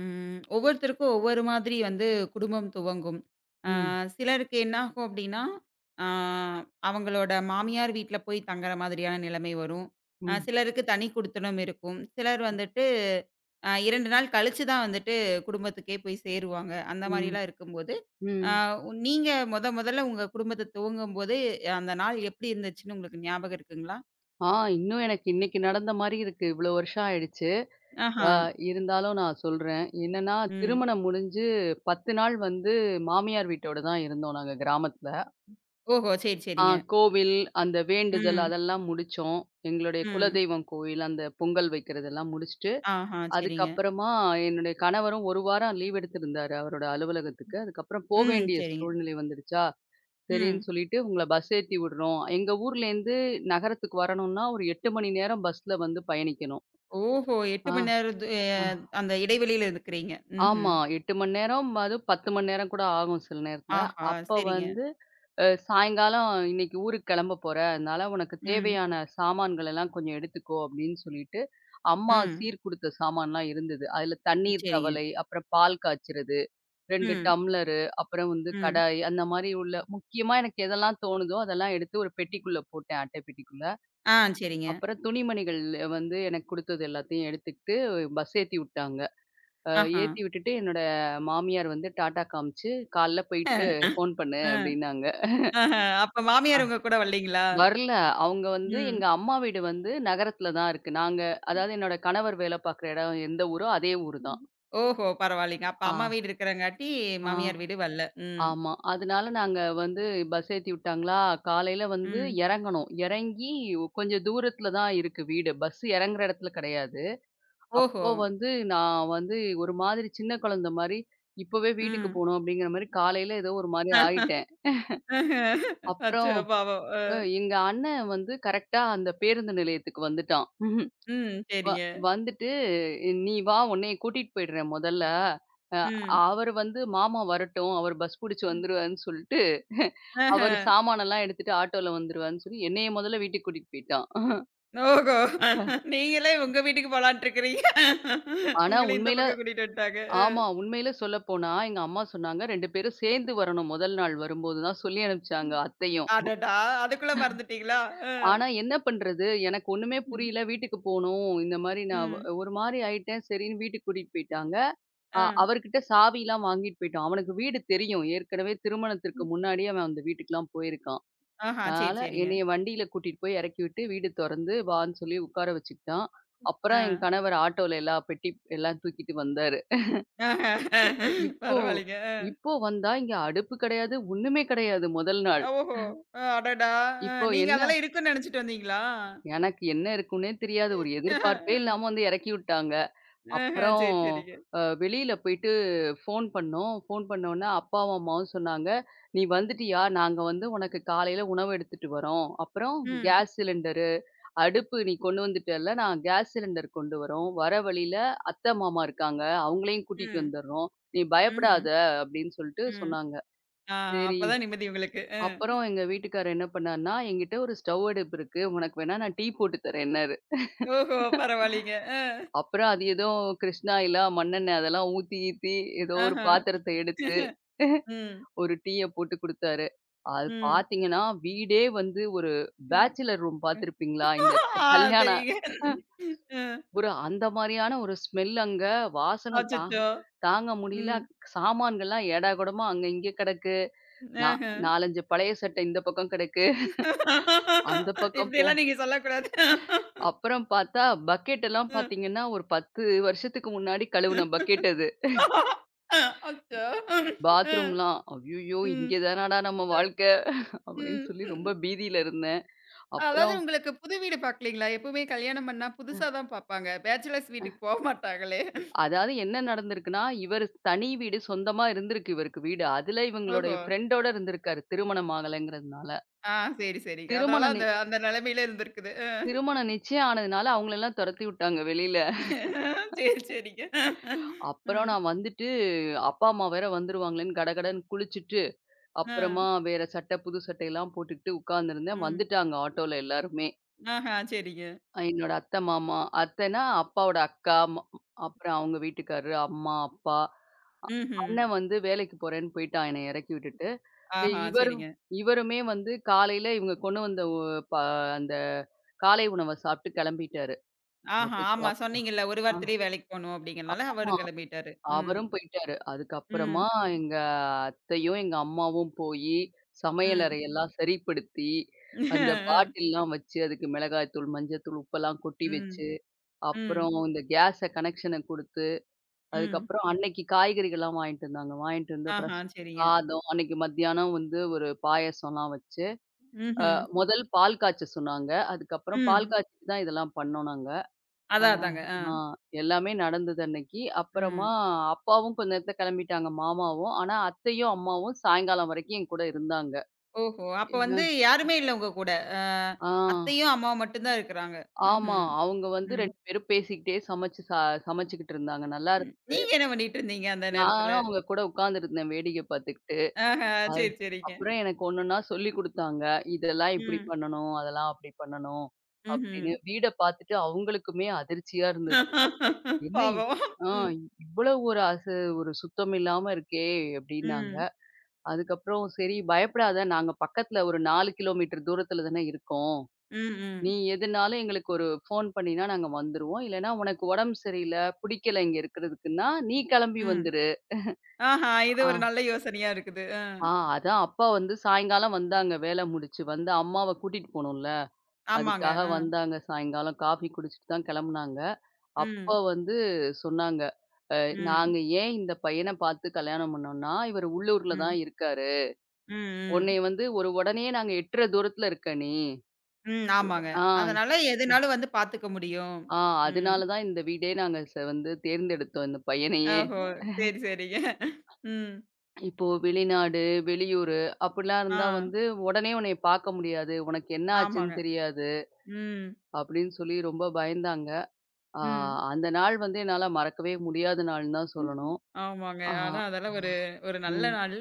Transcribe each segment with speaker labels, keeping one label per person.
Speaker 1: ம். ஒவ்வொருத்தருக்கும் ஒவ்வொரு மாதிரி வந்து குடும்பம் துவங்கும். அ
Speaker 2: ம்,
Speaker 1: சிலருக்கு என்னாகும் அப்டின்னா, அ அவங்களோட மாமியார் வீட்ல போய் தங்குற மாதிரியான நிலைமை வரும்.
Speaker 2: ம்,
Speaker 1: சிலருக்கு தனி குடித்தனம் இருக்கும். சிலர் வந்துட்டு 2 நாள் கழிச்சு தான் வந்துட்டு குடும்பத்துக்கே போய் சேருவாங்க. அந்த
Speaker 2: ம்,
Speaker 1: மாரிலாம் இருக்கும்போது, அ
Speaker 2: ம்.
Speaker 1: நீங்க மொதல்ல உங்க குடும்பத்த துவங்கும்போது, அந்த நாள் எப்டி இருந்துச்சுன்னு உங்களுக்கு ஞாபகம் இருக்குங்களா?
Speaker 2: ஆ இன்னும் எனக்கு இன்னைக்கு நடந்த மாரி இருக்கு. இவ்ளோ வருஷம் ஆயிடுச்சு.
Speaker 1: ஆஹா.
Speaker 2: ஆ இருந்தாலும் நான் சொல்றேன். என்னன்னா,
Speaker 1: ம்.
Speaker 2: திருமணம் முடிஞ்சு 10 நாள் வந்து மாமியார் வீட்டோட தான் இருந்தோம் நாங்க கிராமத்துல.
Speaker 1: ஓஹோ! சரி,
Speaker 2: ஆ
Speaker 1: சரிங்க.
Speaker 2: கோவில், அந்த வேண்டுதல்
Speaker 1: ம்.
Speaker 2: அதெல்லாம் முடிச்சோம். எங்களுடைய
Speaker 1: ம்.
Speaker 2: குலதெய்வம் கோயில், அந்த பொங்கல் வைக்கிறதெல்லாம் முடிச்சுட்டு,
Speaker 1: ஆஹா. சரிங்க.
Speaker 2: அதுக்கப்புறமா என்னுடைய கணவரும் 1 வாரம் லீவ் எடுத்திருந்தாரு அவரோட அலுவலகத்துக்கு. அதுக்கப்புறம் போ
Speaker 1: ம்.
Speaker 2: வேண்டிய
Speaker 1: சரிங்க.
Speaker 2: சூழ்நிலை வந்துடுச்சா, சரின்னு
Speaker 1: ம்.
Speaker 2: சொல்லிட்டு உங்கள பஸ் ஏத்தி விடுறோம். எங்க ஊர்லேருந்து நகரத்துக்கு வரணும்னா, ஒரு 8 மணி நேரம் பஸ்ல வந்து பயணிக்கணும்.
Speaker 1: ஓஹோ! 8
Speaker 2: ஆ,
Speaker 1: மணி நேரம் து அ
Speaker 2: ஆ.
Speaker 1: அந்த இடைவெளியில இருக்கிறீங்க.
Speaker 2: ஆமா.
Speaker 1: ம்ஹ்ம்.
Speaker 2: 8 மணி நேரம், அதுவும் 10 மணி நேரம் கூட ஆகும் சில நேரத்துல.
Speaker 1: ஆஹா!
Speaker 2: அப்ப
Speaker 1: சரிங்க.
Speaker 2: வந்து சாயங்காலம், "இன்னைக்கு ஊருக்கு கிளம்ப போற, அதனால உனக்கு
Speaker 1: ம்,
Speaker 2: தேவையான சாமான்கள் எல்லாம் கொஞ்சம் எடுத்துக்கோ" அப்படின்னு சொல்லிட்டு, அம்மா
Speaker 1: ம்.
Speaker 2: சீர் குடுத்த சாமான்லாம் இருந்தது. அதுல தண்ணீர்
Speaker 1: சரிங்க.
Speaker 2: தவலை, அப்புறம் பால் காய்ச்சறது 2
Speaker 1: ம்,
Speaker 2: டம்ளரு, அப்புறம் வந்து
Speaker 1: ம்.
Speaker 2: கடாய் அந்த மாரி உள்ள முக்கியமா எனக்கு எதெல்லாம் தோணுதோ, அதெல்லாம் எடுத்து ஒரு பெட்டிக்குள்ள போட்டேன், அட்டை பெட்டிக்குள்ள.
Speaker 1: ஆ சரிங்க.
Speaker 2: அப்புறம் துணிமணிகள் வந்து எனக்கு குடுத்தது எல்லாத்தையும் எடுத்துக்கிட்டு பஸ் ஏத்தி விட்டாங்க. அ
Speaker 1: ஆஹா!
Speaker 2: ஏத்தி விட்டுட்டு என்னோட மாமியார் வந்து டாட்டா காமிச்சு, "காலைல போயிட்டு ஃபோன் பண்ணு"
Speaker 1: அ
Speaker 2: அப்டின்னாங்க.
Speaker 1: ஆஹா! அப்ப
Speaker 2: அ
Speaker 1: மாமியார் உங்க கூட வரலீங்களா?
Speaker 2: வரல. அவங்க வந்து
Speaker 1: ம்.
Speaker 2: எங்க அம்மா வீடு வந்து நகரத்துல தான் இருக்கு. அதாவது என்னோட கணவர் வேல பார்க்குற இடம் எந்த ஊரோ, அதே ஊரு தான்.
Speaker 1: ஓஹோ! பரவாயில்லைங்க. அப்ப
Speaker 2: ஆ,
Speaker 1: அம்மா வீடு இருக்கிறங்காட்டி
Speaker 2: ஆ.
Speaker 1: மாமியார் வீடு வரல. ம்,
Speaker 2: ஆமா. அதனால நாங்க வந்து பஸ் ஏத்தி விட்டாங்களா, காலையில வந்து
Speaker 1: ம்.
Speaker 2: இறங்கணும். இறங்கி கொஞ்சம் தூரத்துல தான் இருக்கு வீடு. பஸ் இறங்குற இடத்துல கிடையாது.
Speaker 1: ஓஹோ!
Speaker 2: அப்போ வந்து நான் வந்து ஒரு மாதிரி சின்ன குழந்த மாரி, இப்பவே வீட்டுக்கு
Speaker 1: ம்.
Speaker 2: போணும் அப்படிங்கிற மாரி காலையில ஏதோ ஒரு மாரி
Speaker 1: ஆஹ.
Speaker 2: ஆயிட்டேன். அப்புறம்
Speaker 1: அச்சோ! பாவம். அ.
Speaker 2: எங்க அண்ணன் வந்து கரெக்ட்டா அந்த பேருந்து நிலையத்துக்கு வந்துட்டான்.
Speaker 1: ம்.
Speaker 2: வ
Speaker 1: சரிங்க.
Speaker 2: வந்துட்டு "நீ வா உன்னைய கூட்டிட்டு போயிடுறேன் மொதல்ல. அ
Speaker 1: ம்.
Speaker 2: அவரு வந்து மாமா வரட்டும். அவரு பஸ் புடிச்சு
Speaker 1: ம்.
Speaker 2: வந்துருவாருன்னு" சொல்ட்டு
Speaker 1: ஆஹ.
Speaker 2: அவரு சாமானெல்லாம் எடுத்துட்டு ஆட்டோல வந்துருவாருன்னு சொல்லி என்னைய மொதல்ல வீட்டுக்கு கூட்டிட்டு போயிட்டான்.
Speaker 1: ஓஹோ! நீங்களே உங்க வீட்டுக்கு போலான்ட்டு இருக்கிறீங்க.
Speaker 2: ஆனா
Speaker 1: உங்கள இந்த
Speaker 2: உண்மையில
Speaker 1: பக்கம் கூட்டிட்டு வந்துட்டாங்க.
Speaker 2: ஆமா. உண்மையில சொல்லப்போனா எங்க அம்மா சொன்னாங்க, 2 பேரும் சேர்ந்து வரணும் முதல் நாள் வரும்போது தான் சொல்லி அனுப்பிச்சாங்க அத்தையும்.
Speaker 1: அடடா! அதுக்குள்ள மறந்துட்டீங்களா? அ.
Speaker 2: ஆனா என்ன பண்றது? எனக்கு ஒண்ணுமே
Speaker 1: ம்.
Speaker 2: புரியல. வீட்டுக்கு போணும். இந்த மாரி நான்
Speaker 1: ம்.
Speaker 2: ஒரு மாரி ஆயிட்டேன். சரின்னு வீட்டுக்கு கூட்டிட்டு போயிட்டாங்க.
Speaker 1: ஆ.
Speaker 2: அவர்கிட்ட சாவிலாம் வாங்கிட்டு போயிட்டோம். அவனுக்கு வீடு தெரியும். ஏற்கனவே திருமணத்திற்கு
Speaker 1: ம்.
Speaker 2: முன்னாடியே அவன் அந்த வீட்டுக்குலாம் போயிருக்கான்.
Speaker 1: ஆஹா! சரி,
Speaker 2: அதனால
Speaker 1: சரிங்க.
Speaker 2: என்னைய வண்டியில கூட்டிட்டு போய் இறக்கி விட்டு, வீடு தொறந்து வான்னு சொல்லி உட்கார வச்சுக்கிட்டான்.
Speaker 1: ஆ.
Speaker 2: அப்புறம் என் கணவர் ஆட்டோல எல்லா பெட்டி எல்லாம் தூக்கிட்டு வந்தாரு.
Speaker 1: ஆஹா!
Speaker 2: இ இப்போ
Speaker 1: பரவாயில்லைங்க. அ.
Speaker 2: இப்போ வந்தா இங்க அடுப்பு கிடையாது, ஒண்ணுமே கிடையாது முதல் நாள்.
Speaker 1: ஓஹோ! அடடா!
Speaker 2: இப்போ
Speaker 1: நீங்க
Speaker 2: என்ன
Speaker 1: அதெல்லாம் இருக்குன்னு நெனச்சுட்டு வந்தீங்களா?
Speaker 2: எனக்கு என்ன இருக்குன்னே தெரியாது. ஒரு எதிர்பார்ப்பே
Speaker 1: ம்.
Speaker 2: இல்லாம வந்து இறக்கி விட்டாங்க.
Speaker 1: ஆஹா!
Speaker 2: அப்புறம்
Speaker 1: சரி, சரிங்க.
Speaker 2: வெளியில போயிட்டு ஃபோன் பண்ணோம். ஃபோன் பண்ணோனே அப்பாவும், அம்மாவும் சொன்னாங்க, "நீ வந்துட்டியா? நாங்க வந்து உனக்கு காலையில உணவு எடுத்துட்டு வரோம். அப்புறம்
Speaker 1: ம்.
Speaker 2: கேஸ் சிலிண்டரு, அடுப்பு நீ கொண்டு வந்துட்டல்ல, நான் கேஸ் சிலிண்டர் கொண்டு வரோம். வர வழியில அத்தை, மாமா இருக்காங்க. அவங்களையும் கூட்டிட்டு
Speaker 1: ம்.
Speaker 2: வந்துடுறோம். நீ
Speaker 1: ம்ஹ்ம்.
Speaker 2: பயப்படாத" அப்படின்னு சொல்லிட்டு
Speaker 1: ம்.
Speaker 2: சொன்னாங்க.
Speaker 1: ஆ
Speaker 2: சரி.
Speaker 1: அப்பதான் நிம்மதி உங்களுக்கு. அ.
Speaker 2: அப்புறம் எங்க வீட்டுக்காரர் என்ன பண்ணாருன்னா, "என்கிட்ட ஒரு ஸ்டவ் அடுப்பு இருக்கு. உனக்கு வேணா நான் டீ போட்டு தரேன்னாரு."
Speaker 1: ஓஹோ! பரவாயில்லைங்க. அ.
Speaker 2: அப்புறம் அது ஏதோ கிருஷ்ணா ஆயிலாம், மண்ணெண்ணெய் அதெல்லாம் ஊத்தி கீத்தி ஏதோ ஒரு
Speaker 1: ஆஹா!
Speaker 2: பாத்திரத்த எடுத்து
Speaker 1: ம்.
Speaker 2: ஒரு டீய போட்டு குடுத்தாரு. அது
Speaker 1: ம்.
Speaker 2: பாத்தீங்கன்னா, வீடே வந்து ஒரு
Speaker 1: ம்.
Speaker 2: பேச்சலர் ரூம் பாத்திருப்பீங்களா? இந்த
Speaker 1: ஆ
Speaker 2: கல்யாண
Speaker 1: சரிங்க.
Speaker 2: அ
Speaker 1: ம்.
Speaker 2: ஒரு அந்த மாரியான ஒரு ஸ்மெல் அங்க வாசன தாங்
Speaker 1: அச்சச்சோ!
Speaker 2: தாங்க முடியல.
Speaker 1: ம்.
Speaker 2: சாமான்கள்லாம் ஏடாகூடமா அங்க இங்க கிடக்கு. நா
Speaker 1: ஆஹ.
Speaker 2: 4, 5 பழைய சட்டை இந்த பக்கம் கிடக்கு. அந்த பக்கம் போ
Speaker 1: இப்படியெல்லாம் நீங்க சொல்லக்கூடாது.
Speaker 2: அப்புறம் பாத்தா பக்கெட் எல்லாம்
Speaker 1: ம்.
Speaker 2: பாத்தீங்கன்னா, ஒரு 10 வருஷத்துக்கு முன்னாடி கழுவுன பக்கெட் அது.
Speaker 1: அச்சோ!
Speaker 2: பாத்ரூம்லாம். ஐய்யய்யோ!
Speaker 1: ம்.
Speaker 2: இங்கே தானடா நம்ம வாழ்க்கை அப்படின்னு
Speaker 1: ம்.
Speaker 2: சொல்லி
Speaker 1: ம்.
Speaker 2: ரொம்ப பீதியில இருந்தேன்.
Speaker 1: அதாவது
Speaker 2: அப்புறம்
Speaker 1: உங்களுக்கு புது வீடு பாக்கலீங்களா? எப்பவுமே கல்யாணம் பண்ணா புதுசா தான் பாப்பாங்க. பேச்சுலர்ஸ் வீட்டுக்கு போ மாட்டாங்களே.
Speaker 2: அதாவது என்ன நடந்திருக்குன்னா, இவரு தனி வீடு சொந்தமா இருந்திருக்கு இவருக்கு வீடு. அதில
Speaker 1: ஓஹோ!
Speaker 2: இவங்களுடைய ஃப்ரெண்டோட இருந்திருக்காரு. திருமணம் ஆகலைங்கிறதுனால.
Speaker 1: ஆ சரி, சரிங்க. அதனால
Speaker 2: திருமணம் நி
Speaker 1: அந்த அந்த நிலைமையில இருந்திருக்குது. அ.
Speaker 2: திருமணம் நிச்சயம் ஆனதுனால அவங்களெல்லாம் துரத்தி விட்டாங்க வெளியில.
Speaker 1: சரி, சரிங்க.
Speaker 2: அப்புறம்
Speaker 1: ம்.
Speaker 2: நான் வந்துட்டு அப்பா, அம்மா வேற வந்துருவாங்களேன்னு கடகடன்னு குளிச்சுட்டு,
Speaker 1: அ.
Speaker 2: அப்புறமா வேற சட்டை புது சட்டையெல்லாம் போட்டுக்கிட்டு உட்கார்ந்திருந்தேன்.
Speaker 1: ம்.
Speaker 2: வந்துட்டாங்க ஆட்டோல எல்லாருமே.
Speaker 1: ஆஹா சரிங்க.
Speaker 2: என்னோட அத்தை, மாமா. அத்தைன்னா அப்பாவோட அக்கா, அப்புறம் அவங்க வீட்டுக்காரரு, அம்மா, அப்பா.
Speaker 1: ம்ஹ்ம்.
Speaker 2: அண்ணன் வந்து வேலைக்கு போறேன்னு போயிட்டான் என்னைய இறக்கி விட்டுட்டு. இ
Speaker 1: ஆஹா!
Speaker 2: இவரும்
Speaker 1: சரிங்க.
Speaker 2: இவருமே வந்து காலையில இவங்க கொண்டு வந்த ஒ ப அந்த காலை உணவ சாப்பிட்டு கிளம்பிட்டாரு.
Speaker 1: ஆஹா! ஆமா
Speaker 2: அதுக்கப்
Speaker 1: சொன்னீங்கல்ல. ஒரு
Speaker 2: அ
Speaker 1: வாரத்திலேயே வேலைக்கு போணும் அப்டிங்கிறனால
Speaker 2: ஆமா.
Speaker 1: அவரும் கிளம்பிட்டாரு. ம்.
Speaker 2: அவரும் போயிட்டாரு. அதுக்கப்புறமா
Speaker 1: ம்.
Speaker 2: எங்க அத்தையும், எங்க அம்மாவும் போயி
Speaker 1: ம்.
Speaker 2: சமையலறையெல்லாம் சரிப்படுத்தி, அந்த பாட்டில்லாம் வச்சு அதுக்கு மிளகாய் தூள், மஞ்சள் தூள், உப்பெல்லாம் கொட்டி
Speaker 1: ம்.
Speaker 2: வச்சு
Speaker 1: ம்.
Speaker 2: அப்புறம் இந்த கேஸ கனெக்ஷன குடுத்து,
Speaker 1: ம்.
Speaker 2: அதுக்கப்புறம் அன்னைக்கு காய்கறிகள்லாம் வாங்கிட்டு வந்தாங்க. வாங்கிட்டு வந்து அப்புறம்
Speaker 1: ஆஹா! சரிங்க.
Speaker 2: சாதம், அன்னைக்கு மத்தியானம் வந்து ஒரு பாயாசம்லாம் வச்சு, அ
Speaker 1: ம்ஹ்ம்.
Speaker 2: முதல் பால் காய்ச்ச சொன்னாங்க. அதுக்கப்புறம் பால்
Speaker 1: ம்.
Speaker 2: காய்ச்சிட்டு தான் இதெல்லாம் பண்ணோம் நாங்க. அ
Speaker 1: அதான் அதாங்க. ஆ.
Speaker 2: ஆ எல்லாமே நடந்தது அன்னைக்கு. அப்புறமா
Speaker 1: ம்.
Speaker 2: அப்பாவும் கொஞ்ச நேரத்துல கெளம்பிட்டாங்க, மாமாவும். ஆனா அத்தையும், அம்மாவும் சாயங்காலம் வரைக்கும் என் கூட இருந்தாங்க.
Speaker 1: ஓஹோ! அப்ப
Speaker 2: என்ன
Speaker 1: வந்து யாருமே இல்ல உங்க கூட. அ
Speaker 2: ஆ.
Speaker 1: அத்தையும், அம்மாவும் மட்டும் தான் இருக்கிறாங்க.
Speaker 2: ஆமா.
Speaker 1: ம்ஹ்ம்.
Speaker 2: அவங்க வந்து
Speaker 1: ம்.
Speaker 2: 2 பேரும் பேசிக்கிட்டே சமைச்சுக்கிட்டு இருந்தாங்க. நல்லா
Speaker 1: ம். நீங்க என்ன பண்ணிட்டு இருந்தீங்க அந்த நேரத்துல?
Speaker 2: நானும் அவங்க கூட உட்கார்ந்திருந்தேன் வேடிக்கை பார்த்துக்கிட்டு.
Speaker 1: ஆஹா!
Speaker 2: அது
Speaker 1: சரி, சரிங்க.
Speaker 2: அப்புறம் எனக்கு ஒன்னொன்னா சொல்லிக் குடுத்தாங்க. இதெல்லாம் இப்படி
Speaker 1: ம்.
Speaker 2: பண்ணணும், அதெல்லாம் அப்படி பண்ணணும்
Speaker 1: ம்ஹ்ம்.
Speaker 2: அப்படின்னு. வீட பார்த்துட்டு அவங்களுக்குமே அதிர்ச்சியா இருந்தது. என்ன இவ்
Speaker 1: பாவம்.
Speaker 2: ஆ
Speaker 1: ம்.
Speaker 2: இவ்வளவு ஒரு சுத்தம் இல்லாம இருக்கே அப்படின்னாங்க.
Speaker 1: ம்.
Speaker 2: அதுக்கப்புறம் சரி பயப்படாத, நாங்க பக்கத்துல ஒரு 4 கிலோமீட்டர் தூரத்துல தானே இருக்கோம்.
Speaker 1: ம்.
Speaker 2: நீ
Speaker 1: ம்.
Speaker 2: எதுனாலும் எங்களுக்கு ஒரு ஃபோன் பண்ணினா நாங்க வந்துருவோம். இல்லன்னா உனக்கு உடம்பு சரியில்ல, பிடிக்கல இங்க இருக்கிறதுக்குன்னா, நீ கிளம்பி
Speaker 1: ம்.
Speaker 2: வந்துரு.
Speaker 1: ஆஹா! இது ஒரு
Speaker 2: ஆ.
Speaker 1: நல்ல யோசனையா இருக்குது.
Speaker 2: ஆ அதான் அப்பா வந்து சாயங்காலம் வந்தாங்க. வேல முடிச்சு வந்து அம்மாவ கூட்டிட்டு போணும்ல.
Speaker 1: ஆமாங்க.
Speaker 2: அதுக்காக
Speaker 1: அ.
Speaker 2: வந்தாங்க சாயங்காலம். காஃபி குடிச்சிட்டு தான் கெளம்புனாங்க. அப்பா
Speaker 1: ம்.
Speaker 2: வந்து சொன்னாங்க, "அ
Speaker 1: ம்.
Speaker 2: நாங்க ஏன் இந்த பையன பாத்து கல்யாணம் பண்ணோம்னா, இவரு உள்ளூர்ல தான்
Speaker 1: ம்.
Speaker 2: இருக்காரு.
Speaker 1: ம். ம்.
Speaker 2: உன்னைய வந்து ஒரு உடனே நாங்க எட்டுற தூரத்துல இருக்க நீ.
Speaker 1: ம். ஆமாங்க.
Speaker 2: ஆ,
Speaker 1: அதனால எதுனாலும் வந்து பாத்துக்க முடியும்.
Speaker 2: ஆ
Speaker 1: ம்.
Speaker 2: அதனால தான் இந்த வீடே நாங்க வந்து தேர்ந்தெடுத்தோம் இந்த பையனையே.
Speaker 1: ஓஹோ! சரி, சரிங்க. ம்.
Speaker 2: இப்போ வெளிநாடு, வெளியூரு அப்படிலாம்
Speaker 1: ஆ.
Speaker 2: இருந்தா வந்து உடனே உன்னைய பாக்க முடியாது. உனக்கு என்ன
Speaker 1: ஆமாங்க.
Speaker 2: ஆச்சுன்னு தெரியாது."
Speaker 1: ம்.
Speaker 2: அப்படின்னு சொல்லி ரொம்ப பயந்தாங்க. ஆ
Speaker 1: ம்.
Speaker 2: அந்த நாள் வந்து என்னால மறக்கவே முடியாத நாள்ன்னு தான் சொல்லணும்.
Speaker 1: ஆமாங்க.
Speaker 2: ஆ
Speaker 1: ஆனா அதெல்லாம்
Speaker 2: ஆ
Speaker 1: ஒரு ஒரு நல்ல
Speaker 2: ம்.
Speaker 1: நாள்.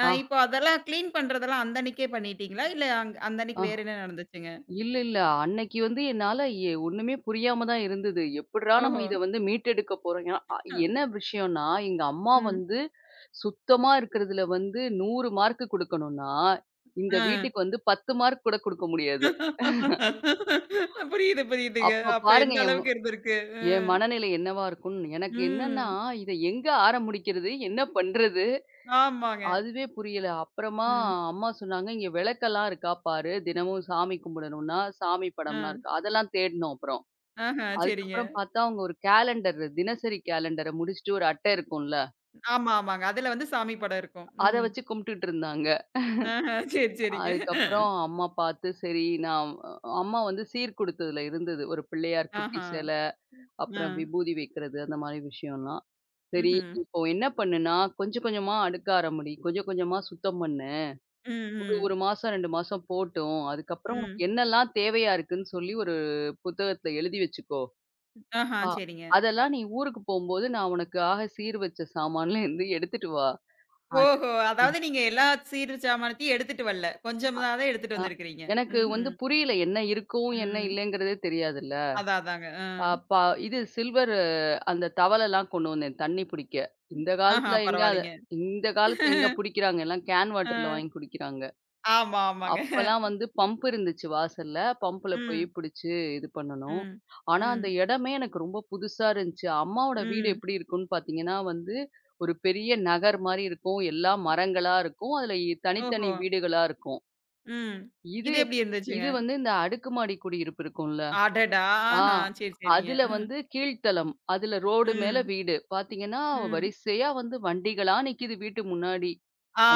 Speaker 2: ஆ
Speaker 1: இப்போ அதெல்லாம் கிளீன் பண்றதெல்லாம் அந்த அன்னைக்கே பண்ணிட்டீங்களா? இல்ல அந்த அன்னைக்கு
Speaker 2: ஆ
Speaker 1: வேற என்ன நடந்துச்சுங்க?
Speaker 2: இல்ல, இல்ல. அன்னைக்கு வந்து என்னால ஒண்ணுமே புரியாம தான் இருந்தது. எப்புட்றா நம்ம
Speaker 1: ஓஹோ!
Speaker 2: இத வந்து மீட்டெடுக்க போறோம்? ஏன்னா,
Speaker 1: அ.
Speaker 2: என்ன விஷயம்ன்னா, எங்க அம்மா
Speaker 1: ம்.
Speaker 2: வந்து சுத்தமா இருக்கிறதுல வந்து 100 மார்க்கு குடுக்கணும்னா, இந்த
Speaker 1: அ.
Speaker 2: வீட்டுக்கு வந்து 10 மார்க் கூட குடுக்க முடியாது.
Speaker 1: புரியுது, புரியுதுங்க.
Speaker 2: அப்ப
Speaker 1: அப்ப
Speaker 2: பாருங்க
Speaker 1: எந்த அளவுக்கு இருந்திருக்கு? அ.
Speaker 2: என் மனநிலை என்னவா இருக்கும்னு. எனக்கு என்னன்னா,
Speaker 1: ம்.
Speaker 2: இத எங்க ஆரம்பிக்கிறது? என்ன பண்றது?
Speaker 1: ஆமாங்க.
Speaker 2: அதுவே புரியல. அப்புறமா
Speaker 1: ம்.
Speaker 2: அம்மா சொன்னாங்க, "இங்க விளக்கெல்லாம் இருக்கா பாரு. தினமும் சாமி கும்பிடணும்னா, சாமி படம்லாம்
Speaker 1: அ.
Speaker 2: இருக்கு." அதெல்லாம் தேடினோம் அப்புறம்.
Speaker 1: ஆஹ. சரிங்க.
Speaker 2: அதுக்கப்புறம் பார்த்தா, அவங்க ஒரு கேலண்டர் தினசரி கேலண்டர முடிச்சுட்டு ஒரு அட்டை இருக்கும்ல,
Speaker 1: ஆமா, ஆமாங்க. அதுல வந்து சாமி படம் இருக்கும்.
Speaker 2: அத
Speaker 1: ம்.
Speaker 2: வச்சு கும்பிட்டுட்டு இருந்தாங்க.
Speaker 1: ஆஹ. சரி, சரிங்க.
Speaker 2: அதுக்கப்புறம் அம்மா பார்த்து சரி நான் அம்மா வந்து சீர்குடுத்ததுல இருந்தது. ஒரு பிள்ளையார் குட்டி
Speaker 1: ஆஹா.
Speaker 2: சிலை,
Speaker 1: ஆ.
Speaker 2: அப்புறம் விபூதி வைக்கிறது அந்த மாரி விஷயம்லாம். சரி,
Speaker 1: ம்ஹ்ம்.
Speaker 2: இப்போ என்ன பண்ணுனா, கொஞ்சம் கொஞ்சமா அடுக்க ஆரம்பி, கொஞ்சம் கொஞ்சமா சுத்தம் பண்ணு.
Speaker 1: ம்,
Speaker 2: ஒரு 1
Speaker 1: ம்.
Speaker 2: மாசம் 2 மாசம் போட்டும். அதுக்கப்புறம்
Speaker 1: ம்.
Speaker 2: உனக்கு என்னெல்லாம் தேவையா இருக்குன்னு சொல்லி ஒரு புத்தகத்துல எழுதி வச்சுக்கோ.
Speaker 1: ஆஹா.
Speaker 2: ஆ.
Speaker 1: சரிங்க.
Speaker 2: அதெல்லாம் நீ ஊருக்கு போம்போது நான் உனக்காக சீர் வச்ச சாமான்லேருந்து எடுத்துட்டு வா. அது
Speaker 1: ஓஹோ!
Speaker 2: ம்.
Speaker 1: அதாவது நீங்க எல்லா சீர் சாமானத்தையும் எடுத்துட்டு வரல. கொஞ்சம் தான் தான் எடுத்துட்டு
Speaker 2: அ
Speaker 1: வந்திருக்கிறீங்க.
Speaker 2: எனக்கு வந்து
Speaker 1: ம்ஹ்ம்.
Speaker 2: புரியல என்ன இருக்கும், என்ன
Speaker 1: ம்.
Speaker 2: இல்லைங்கிறதே தெரியாதுல்ல.
Speaker 1: அதான், அதாங்க. அ.
Speaker 2: அப்ப இது சில்வர் அந்த தவலலாம் கொண்டு வந்தேன் தண்ணி புடிக்க. இந்த
Speaker 1: ஆஹா.
Speaker 2: காலத்துல எங்க அத
Speaker 1: பரவாயில்லைங்க.
Speaker 2: இந்த காலத்துல எங்க புடிக்கிறாங்க எல்லாம் கேன்
Speaker 1: அ.
Speaker 2: வாட்டர்ல வாங்கி குடிக்கிறாங்க.
Speaker 1: ஆமா, ஆமாங்க.
Speaker 2: அப்பல்லாம் வந்து பம்ப் இருந்துச்சு வாசல்ல. பம்புல போய்
Speaker 1: ம்.
Speaker 2: புடிச்சு இது பண்ணணும்.
Speaker 1: ம்.
Speaker 2: ஆனா,
Speaker 1: ம்.
Speaker 2: அந்த இடமே எனக்கு ரொம்ப புதுசா இருந்துச்சு. அம்மாவோட வீடு
Speaker 1: ம்.
Speaker 2: எப்படி இருக்கும்ன்னு பார்த்தீங்கன்னா, வந்து ஒரு பெரிய நகர் மாரி இருக்கும். எல்லா மரங்களா இருக்கும். அதுல தனித்தனி
Speaker 1: ஓஹோ!
Speaker 2: வீடுகளா இருக்கும்.
Speaker 1: ம்.
Speaker 2: இது
Speaker 1: இது
Speaker 2: எப்
Speaker 1: எப்படி இருந்துச்சு?
Speaker 2: இது வந்து இந்த அடுக்குமாடி குடியிருப்பு இருக்கும்ல.
Speaker 1: அடடா!
Speaker 2: ஆ
Speaker 1: ஆஹா. சரி, சரிங்க.
Speaker 2: அதுல
Speaker 1: அ.
Speaker 2: வந்து கீழ்த்தளம். அதுல ரோடு மேல
Speaker 1: ம்.
Speaker 2: வீடு. பார்த்தீங்கன்னா,
Speaker 1: ம்.
Speaker 2: வரிசையா வந்து வண்டிகளா நிக்குது வீட்டு முன்னாடி.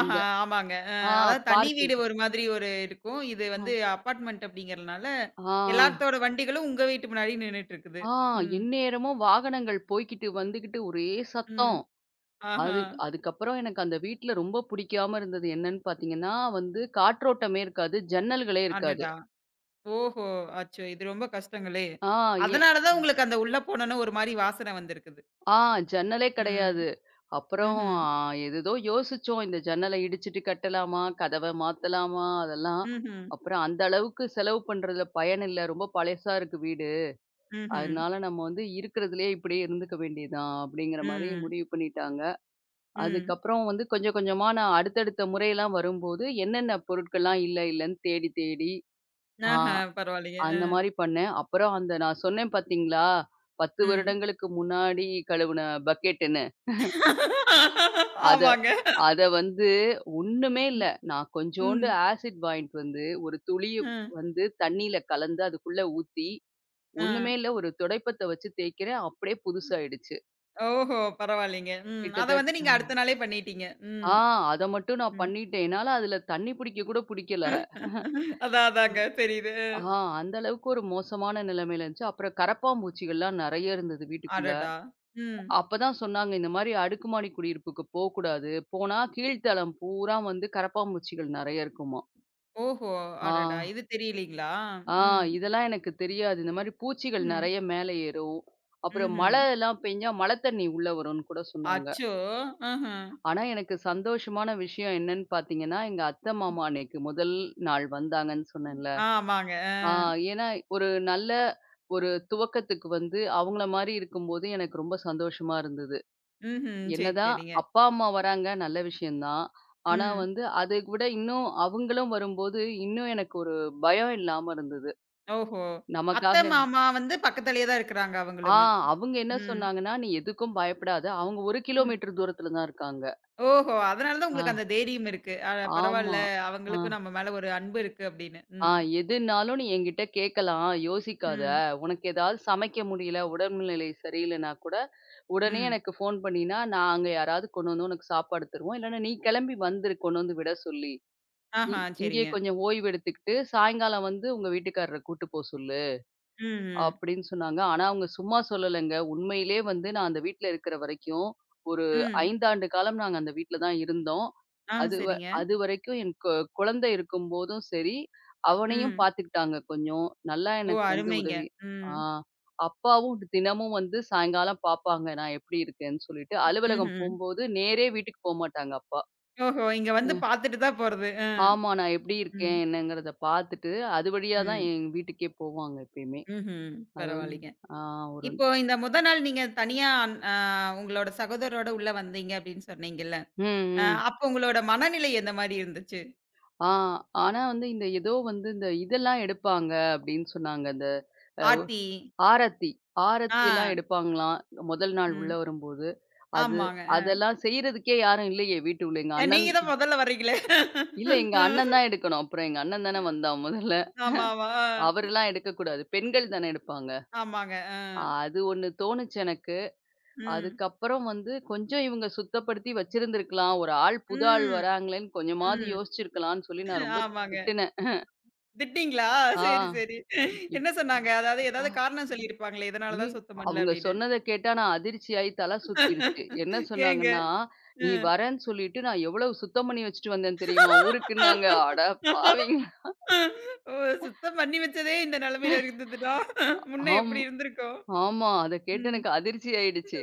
Speaker 2: அந்த
Speaker 1: ஆமாங்க. அ
Speaker 2: ஆ
Speaker 1: அதாவது தனி
Speaker 2: பார்க்கிங்.
Speaker 1: வீடு ஒரு மாதிரி ஒரு இருக்கும். இது
Speaker 2: ஆ.
Speaker 1: வந்து அபார்ட்மெண்ட் அப்படிங்கிறனால,
Speaker 2: ஆ.
Speaker 1: எல்லாத்தோட வண்டிகளும் உங்க வீட்டு முன்னாடி நின்னுட்டுருக்குது.
Speaker 2: ஆ
Speaker 1: ம்.
Speaker 2: எந்நேரமும் வாகனங்கள் போய்க்கிட்டு வந்துகிட்டு ஒரே சத்தம்.
Speaker 1: ம். ஆஹா.
Speaker 2: அது அதுக்கப்புறம் எனக்கு அந்த வீட்ல ரொம்ப பிடிக்காம இருந்தது என்னன்னு பார்த்தீங்கன்னா, வந்து காற்றோட்டமே இருக்காது. ஜன்னல்களே இருக்காது.
Speaker 1: அடடா! ஓஹோ! அச்சோ! இது ரொம்ப கஷ்டங்களே!
Speaker 2: ஆ ஏ
Speaker 1: அதனால தான் உங்களுக்கு அந்த உள்ள போனோன ஒரு மாரி வாசனை வந்திருக்குது.
Speaker 2: ஆ ஜன்னலே
Speaker 1: ம்.
Speaker 2: கிடையாது. அப்புறம்
Speaker 1: ம்ஹ்ம்.
Speaker 2: ஏதேதோ யோசிச்சோம். இந்த ஜன்னல இடிச்சுட்டு கட்டலாமா? கதவ மாத்தலாமா? அதெல்லாம்.
Speaker 1: ம்ஹ்ம்.
Speaker 2: அப்புறம் அந்த அளவுக்கு செலவு பண்றதுல பயன் இல்ல. ரொம்ப பழசா இருக்கு வீடு.
Speaker 1: ம்ஹ்ம்.
Speaker 2: அதனால நம்ம வந்து இருக்கிறதுலயே இப்படியே இருந்துக்க வேண்டியதுதான் அப்படிங்கிற மாரி
Speaker 1: ம்.
Speaker 2: முடிவு பண்ணிட்டாங்க.
Speaker 1: ம்.
Speaker 2: அதுக்கப்புறம் வந்து கொஞ்சம் கொஞ்சமா நான் அடுத்தடுத்த முறையெல்லாம் வரும்போது, என்னென்ன பொருட்கள்லாம் இல்ல இல்லன்னு தேடி தேடி, ஆ
Speaker 1: ஆஹா. பரவாயில்லைங்க.
Speaker 2: அந்த
Speaker 1: அ.
Speaker 2: மாரி பண்ணேன். அப்புறம் அந்த நான் சொன்னேன் பார்த்தீங்களா? 10
Speaker 1: ம்.
Speaker 2: வருடங்களுக்கு முன்னாடி கழுவுன பக்கெட்டுன்னு. அத
Speaker 1: ஆமாங்க.
Speaker 2: அத வந்து ஒண்ணுமே இல்ல.
Speaker 1: ம்.
Speaker 2: நான் கொஞ்சோண்டு
Speaker 1: ம்.
Speaker 2: ஆசிட் வாங்கிட்டு வந்து, ஒரு துளி
Speaker 1: அ.
Speaker 2: வந்து தண்ணீல கலந்து அதுக்குள்ள ஊத்தி,
Speaker 1: ஆ.
Speaker 2: ஒண்ணுமே இல்ல ஒரு துடைப்பத்த வச்சு தேய்க்கிறேன். அப்படியே புதுசாயிடுச்சு.
Speaker 1: ஓஹோ! பரவாயில்லைங்க. ம். அத வந்து
Speaker 2: கிட்டத்தட்ட
Speaker 1: நீங்க அடுத்த நாளே பண்ணிட்டீங்க. ம்.
Speaker 2: ஆ அத மட்டும் நான்
Speaker 1: ம்.
Speaker 2: பண்ணிட்டேன். என்னால அதுல தண்ணி பிடிக்க கூட பிடிக்கல.
Speaker 1: அதான் அதாங்க தெரியுது.
Speaker 2: ஆ அந்த அளவுக்கு ஒரு மோசமான நிலைமையில இருந்துச்சு. அப்புறம் கரப்பான்பூச்சிகள்லாம் நெறைய இருந்தது வீட்டுக்குள்ள.
Speaker 1: அடடா! ம்.
Speaker 2: அப்பதான் சொன்னாங்க, "இந்த மாரி அடுக்குமாடி குடியிருப்புக்கு போக்கூடாது. போனா கீழ்த்தளம் பூரா வந்து கரப்பான்பூச்சிகள் நெறைய இருக்குமா."
Speaker 1: ஓஹோ!
Speaker 2: ஆ,
Speaker 1: அடடா! இது தெரியலீங்களா?
Speaker 2: ஆ
Speaker 1: ம்.
Speaker 2: இதெல்லாம் எனக்கு தெரியாது. இந்த மாரி பூச்சிகள்
Speaker 1: ம்.
Speaker 2: நெறைய மேல ஏறும். அப்புறம்
Speaker 1: ம்ஹ்ம்.
Speaker 2: மழைலாம் பெஞ்சா மழை தண்ணி உள்ள வரும்னு கூட சொன்னாங்க.
Speaker 1: அச்சோ! ம்ஹ்ம்.
Speaker 2: ஆனா எனக்கு சந்தோஷமான விஷயம் என்னன்னு பார்த்தீங்கன்னா, எங்க அத்தை, மாமா அன்னைக்கு முதல் நாள் வந்தாங்கன்னு சொன்னேன்ல.
Speaker 1: ஆமாங்க. அ.
Speaker 2: ஆ ஏன்னா, ஒரு நல்ல ஒரு துவக்கத்துக்கு வந்து அவங்கள மாரி இருக்கும்போது எனக்கு ரொம்ப சந்தோஷமா இருந்தது.
Speaker 1: ம்ஹ்ம். சரி,
Speaker 2: என்னதான்
Speaker 1: சரிங்க.
Speaker 2: அப்பா, அம்மா வராங்க நல்ல விஷயம் தான். ஆனா
Speaker 1: ம்.
Speaker 2: வந்து அதை விட இன்னும் அவங்களும் வரும்போது, இன்னும் எனக்கு ஒரு பயம் இல்லாம இருந்தது.
Speaker 1: ஓஹோ!
Speaker 2: நமக்காக
Speaker 1: அத்தை,
Speaker 2: எல்
Speaker 1: மாமா வந்து பக்கத்திலேயே தான் இருக்கிறாங்க
Speaker 2: ஆ
Speaker 1: அவங்களுமே.
Speaker 2: அவங்க என்ன
Speaker 1: ம்.
Speaker 2: சொன்னாங்கன்னா, "நீ எதுக்கும் பயப்படாத." அவங்க 1
Speaker 1: ம்.
Speaker 2: கிலோமீட்டர் தூரத்துல தான் இருக்காங்க.
Speaker 1: ஓஹோ! அதனால தான்
Speaker 2: ஆ
Speaker 1: உங்களுக்கு அந்த தைரியம் இருக்கு. அ
Speaker 2: ஆமா.
Speaker 1: பரவால்ல.
Speaker 2: ஆ
Speaker 1: அவங்களுக்கும் நம்ம மேல ஒரு அன்பு இருக்கு அப்படின்னு.
Speaker 2: ஆ
Speaker 1: ம்.
Speaker 2: "எதுனாலும் நீ என்கிட்ட கேட்கலாம். யோசிக்காத.
Speaker 1: ம்.
Speaker 2: உனக்கு ஏதாவது சமைக்க முடியல, உடல்நிலை சரியில்லைன்னா கூட உடனே
Speaker 1: ம்.
Speaker 2: எனக்கு ஃபோன் பண்ணினா, நான் அங்க யாராவது கொண்டு வந்து உனக்கு சாப்பாடு தருவோம். இல்லன்னா நீ கிளம்பி வந்துரு கொண்டு வந்து விட சொல்லி. இ
Speaker 1: ஆஹா,
Speaker 2: இங்கேயே
Speaker 1: சரிங்க.
Speaker 2: கொஞ்சம் ஓய்வு எடுத்துக்கிட்டு, சாயங்காலம் வந்து உங்க வீட்டுக்காரர கூட்டு போ சொல்லு.
Speaker 1: ம்ஹ்ம். ம்.
Speaker 2: அப்படின்னு சொன்னாங்க. ஆனா, அவங்க சும்மா சொல்லலங்க. உண்மையிலே வந்து நான் அந்த வீட்ல இருக்கிற வரைக்கும், ஒரு
Speaker 1: ம்.
Speaker 2: 5 ஆண்டு காலம் நாங்க அந்த வீட்ல தான் இருந்தோம்.
Speaker 1: ஆ,
Speaker 2: அது வ
Speaker 1: சரிங்க.
Speaker 2: அதுவரைக்கும் என் கொ குழந்தை இருக்கும்போதும் சரி, அவனையும்
Speaker 1: ம்.
Speaker 2: பார்த்துக்கிட்டாங்க கொஞ்சம். நல்லா
Speaker 1: ஓ!
Speaker 2: எனக்கு வந்து
Speaker 1: அருமைங்க.
Speaker 2: உதவி. ஆ
Speaker 1: ம்.
Speaker 2: அப்பாவும் தினமும் வந்து சாயங்காலம் பார்ப்பாங்க, நான் எப்படி இருக்கேன்னு சொல்லிட்டு. அலுவலகம்
Speaker 1: ம்ஹ்ம்.
Speaker 2: போம்போது நேரே வீட்டுக்கு போமாட்டாங்க அப்பா.
Speaker 1: ஓஹோ! இங்க வந்து
Speaker 2: ம்.
Speaker 1: பாத்துட்டு தான் போறது. அ.
Speaker 2: ஆமா. நான் எப்படி இருக்கேன்,
Speaker 1: ம்.
Speaker 2: என்னங்கிறத பார்த்துட்டு, அது வழியா தான்
Speaker 1: ம்.
Speaker 2: என் வீட்டுக்கே போவாங்க எப்பயுமே.
Speaker 1: ம்ஹ்ம்.
Speaker 2: அது வந்து
Speaker 1: பரவாயில்லைங்க.
Speaker 2: ஆ ஒரு
Speaker 1: இப்போ இந்த முத நாள் நீங்க தனியா அ உங்களோட சகோதரரோட உள்ள வந்தீங்க அப்படின்னு சொன்னீங்கல்ல.
Speaker 2: ம், ம்.
Speaker 1: அப்ப உங்களோட மனநிலை எந்த மாரி இருந்துச்சு?
Speaker 2: ஆ ஆனா வந்து இந்த ஏதோ வந்து இந்த இதெல்லாம் எடுப்பாங்க அப்படின்னு சொன்னாங்க. அந்த அ
Speaker 1: ஆர்த்தி
Speaker 2: ஆரத்தி.
Speaker 1: ஆ.
Speaker 2: ஆரத்தி எல்லாம் எடுப்பாங்களாம். முதல் நாள் உள்ள
Speaker 1: ம்.
Speaker 2: வரும்போது. அது
Speaker 1: ஆமாங்க.
Speaker 2: அதெல்லாம் செய்றதுக்கே யாரும் இல்லையே வீட்டுக்குள்ள. எங்க அண்ணன்
Speaker 1: நீங்க தான் முதல்ல வர்றீங்களே.
Speaker 2: இல்ல எங்க அண்ணன் தான் எடுக்கணும். அப்புறம் எங்க அண்ணன் தானே வந்தான் முதல்ல.
Speaker 1: ஆமா, ஆமா. ஆ.
Speaker 2: அவரெல்லாம் எடுக்கக்கூடாது. பெண்கள் தானே எடுப்பாங்க.
Speaker 1: ஆமாங்க. அ.
Speaker 2: அது ஒண்ணு தோணுச்சு எனக்கு.
Speaker 1: ம்.
Speaker 2: அதுக்கப்புறம் வந்து கொஞ்சம் இவங்க சுத்தப்படுத்தி வச்சிருந்திருக்கலாம். ஒரு ஆள் புது ஆள்
Speaker 1: ம்.
Speaker 2: வராங்களேன்னு கொஞ்சமாவது
Speaker 1: ம்.
Speaker 2: யோசிச்சிருக்கலாம்ன்னு சொல்லி நான் ரொம்ப
Speaker 1: ஆமாங்க.
Speaker 2: திட்டுனேன்.
Speaker 1: திட்டினீங்களா?
Speaker 2: ஆ.
Speaker 1: சரி, சரி. என்ன சொன்னாங்க? அதாவது
Speaker 2: இப்
Speaker 1: ஏதாவது காரணம் சொல்லியிருப்பாங்களே! இதனால
Speaker 2: ம்.
Speaker 1: தான் சுத்தம் பண்ணல
Speaker 2: அவங்க
Speaker 1: அப்படின்னு.
Speaker 2: சொன்னத கேட்டா நான் அதிர்ச்சியாயி தல சுத்திருச்சு. என்ன
Speaker 1: ஏங்க?
Speaker 2: சொன்னாங்கன்னா, "நீ
Speaker 1: அ.
Speaker 2: வரேன்னு சொல்லிட்டு நான் எவ்வளவு சுத்தம் பண்ணி வச்சுட்டு வந்தேன் தெரியுமா ஊருக்குன்னாங்க." அட பாவிங்களா!
Speaker 1: ஓ! சுத்தம் பண்ணி வச்சதே இந்த நிலைமையில இருந்ததுன்னா, முன்ன
Speaker 2: ஆம்
Speaker 1: எப்படி இருந்திருக்கும்?
Speaker 2: ஆமா. அத கேட்டு
Speaker 1: ம்.
Speaker 2: எனக்கு அதிர்ச்சி ஆயிடுச்சு.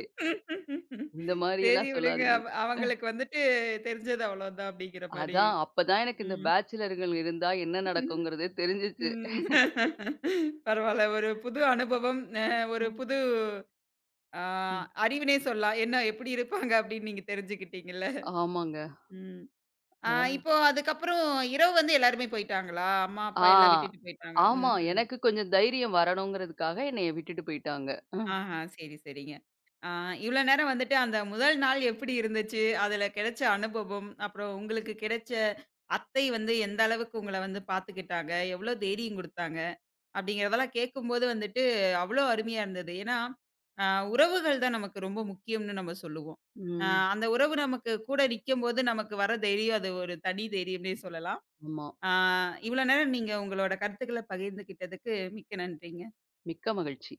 Speaker 2: இந்த
Speaker 1: சரி
Speaker 2: மாரியெல்லாம்
Speaker 1: விடுங்க.
Speaker 2: சொல்லாதீங்க.
Speaker 1: அவ அவங்களுக்கு வந்துட்டு தெரிஞ்சது அவ்வளோதான் அப்படிங்கிற மாரி.
Speaker 2: அப்பதான் எனக்கு இந்த
Speaker 1: ம்.
Speaker 2: பேச்சுலர்கள் இருந்தா என்ன நடக்குங்கிறதே தெரிஞ்சுச்சு.
Speaker 1: ம். பரவால்ல. ஒரு புது அனுபவம். அ ஒரு
Speaker 2: ம்,
Speaker 1: புது ஆ,
Speaker 2: ம்.
Speaker 1: அறிவுனே சொல்லலாம். என்ன எப்படி இருப்பாங்க அப்படின்னு நீங்க தெரிஞ்சுக்கிட்டீங்கல்ல.
Speaker 2: ஆமாங்க.
Speaker 1: ம். ஆ
Speaker 2: அதான்.
Speaker 1: இப்போ அதுக்கப்புறம் இரவு வந்து எல்லாருமே போயிட்டாங்களா? அம்மா, அப்பா
Speaker 2: ஆ.
Speaker 1: எல்லாம் விட்டுட்டு போயிட்டாங்க.
Speaker 2: ஆமா.
Speaker 1: ம்ஹ்ம்.
Speaker 2: எனக்கு கொஞ்சம் தைரியம் வரணுங்கிறதுக்காக என்னைய விட்டுட்டு போயிட்டாங்க. ம்.
Speaker 1: ஆஹா, சரி, சரிங்க. ஆ இவ்வளோ நேரம் வந்துட்டு அந்த முதல் நாள் எப்படி இருந்துச்சு? அதில கிடைச்ச அனுபவம், அப்புறம் உங்களுக்கு கிடைச்ச அத்தை வந்து எந்த அளவுக்கு உங்கள வந்து பார்த்துக்கிட்டாங்க? எவ்வளோ தைரியம் குடுத்தாங்க? அப்படிங்கிறதெல்லாம் கேட்கும்போது வந்துட்டு அவ்வளோ அருமையா இருந்தது. ஏன்னா, அ உறவுகள் தான் நமக்கு ரொம்ப முக்கியம்னு நம்ம சொல்லுவோம். அ
Speaker 2: ம்.
Speaker 1: அந்த உறவு நமக்கு கூட நிக்கும்போது நமக்கு வர தைரியம் அது ஒரு தனி தைரியம்னே சொல்லலாம்.
Speaker 2: ஆமா.
Speaker 1: அ இவ்வளோ நேரம் நீங்க உங்களோட கருத்துக்கள பகிர்ந்துகிட்டதுக்கு மிக்க நன்றிங்க.
Speaker 2: மிக்க மகிழ்ச்சி.